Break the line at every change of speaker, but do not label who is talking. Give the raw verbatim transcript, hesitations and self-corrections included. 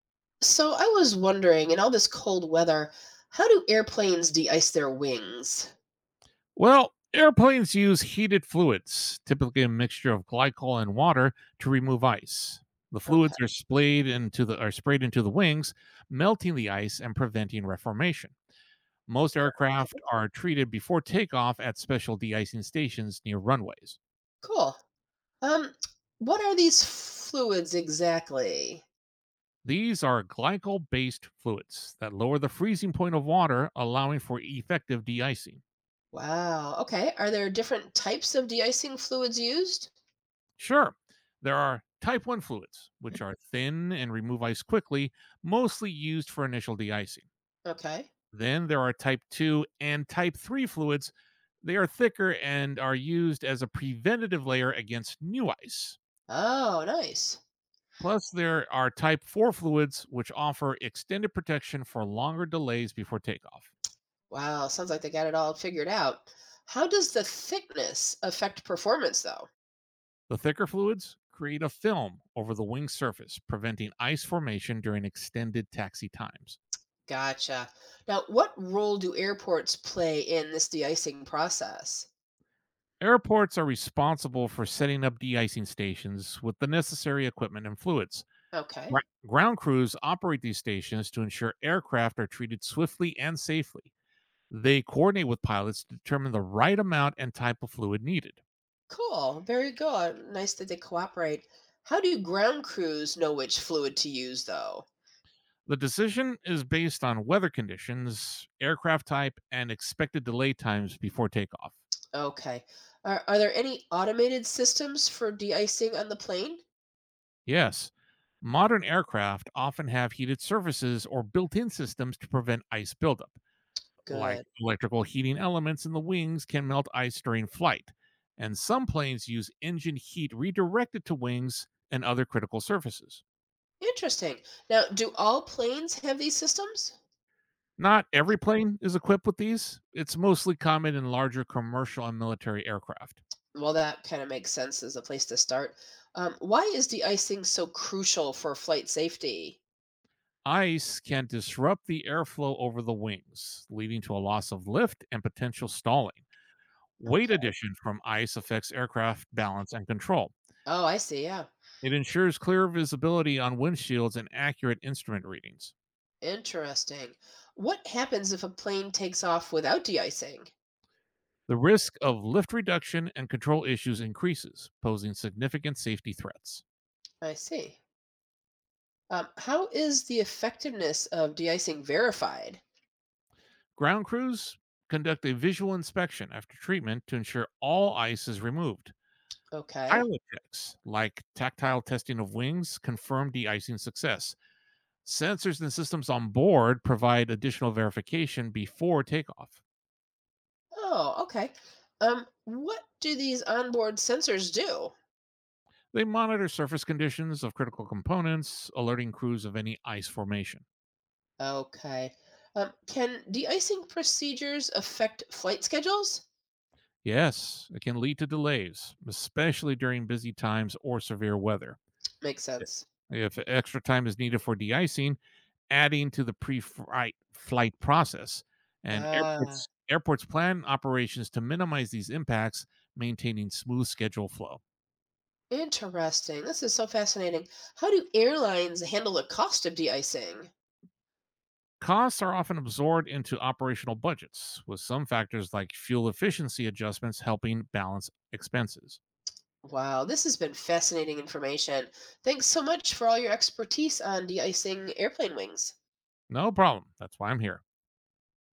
So I was wondering, in all this cold weather, how do airplanes de-ice their wings?
Well, airplanes use heated fluids, typically a mixture of glycol and water, to remove ice. The
Okay.
fluids are splayed into the are sprayed into the wings, melting the ice and preventing reformation. Most aircraft
Okay.
are treated before takeoff at special de-icing stations near runways.
Cool. Um, what are these fluids exactly?
These are glycol-based fluids that lower the freezing point of water, allowing for effective de-icing.
Wow. Okay. Are there different types of de-icing fluids used?
Sure. There are type one fluids, which are thin and remove ice quickly, mostly used for initial de icing.
Okay.
Then there are type two and type three fluids. They are thicker and are used as a preventative layer against new ice.
Oh, nice.
Plus, there are type four fluids, which offer extended protection for longer delays before takeoff.
Wow. Sounds like they got it all figured out. How does the thickness affect performance, though?
The thicker fluids create a film over the wing surface, preventing ice formation during extended taxi times.
Gotcha. Now, what role do airports play in this de-icing process?
Airports are responsible for setting up de-icing stations with the necessary equipment and fluids. Gr-
Okay.
Ground crews operate these stations to ensure aircraft are treated swiftly and safely. They coordinate with pilots to determine the right amount and type of fluid needed.
Cool. Very good. Nice that they cooperate. How do ground crews know which fluid to use, though?
The decision is based on weather conditions, aircraft type, and expected delay times before takeoff.
Okay. Are, are there any automated systems for de-icing on the plane?
Yes, modern aircraft often have heated surfaces or built in systems to prevent ice buildup, like
Good.
electrical heating elements in the wings can melt ice during flight, and some planes use engine heat redirected to wings and other critical surfaces.
Interesting. Now, do all planes have these systems?
Not every plane is equipped with these. It's mostly common in larger commercial and military aircraft.
Well, that kind of makes sense as a place to start. Um, why is de-icing so crucial for flight safety?
Ice can disrupt the airflow over the wings, leading to a loss of lift and potential stalling. Weight
Okay.
addition from ice affects aircraft balance and control.
Oh, I see. Yeah.
It ensures clear visibility on windshields and accurate instrument readings.
Interesting. What happens if a plane takes off without de-icing?
The risk of lift reduction and control issues increases, posing significant safety threats.
I see. Um, how is the effectiveness of de-icing verified?
Ground crews conduct a visual inspection after treatment to ensure all ice is removed.
Okay.
Pilot checks, like tactile testing of wings, confirm de icing success. Sensors and systems on board provide additional verification before takeoff.
Oh, okay. Um, what do these onboard sensors do?
They monitor surface conditions of critical components, alerting crews of any ice formation.
Okay. Um, can de-icing procedures affect flight schedules?
Yes, it can lead to delays, especially during busy times or severe weather.
Makes
Yeah.
sense.
If extra time is needed for de-icing, adding to the pre-flight flight process, and
Ah,
airports airports plan operations to minimize these impacts, maintaining smooth schedule flow.
interesting. This is so fascinating. How do airlines handle the cost of de-icing?
Costs are often absorbed into operational budgets, with some factors like fuel efficiency adjustments helping balance expenses.
Wow, this has been fascinating information. Thanks so much for all your expertise on de-icing airplane wings.
No problem. That's why I'm here.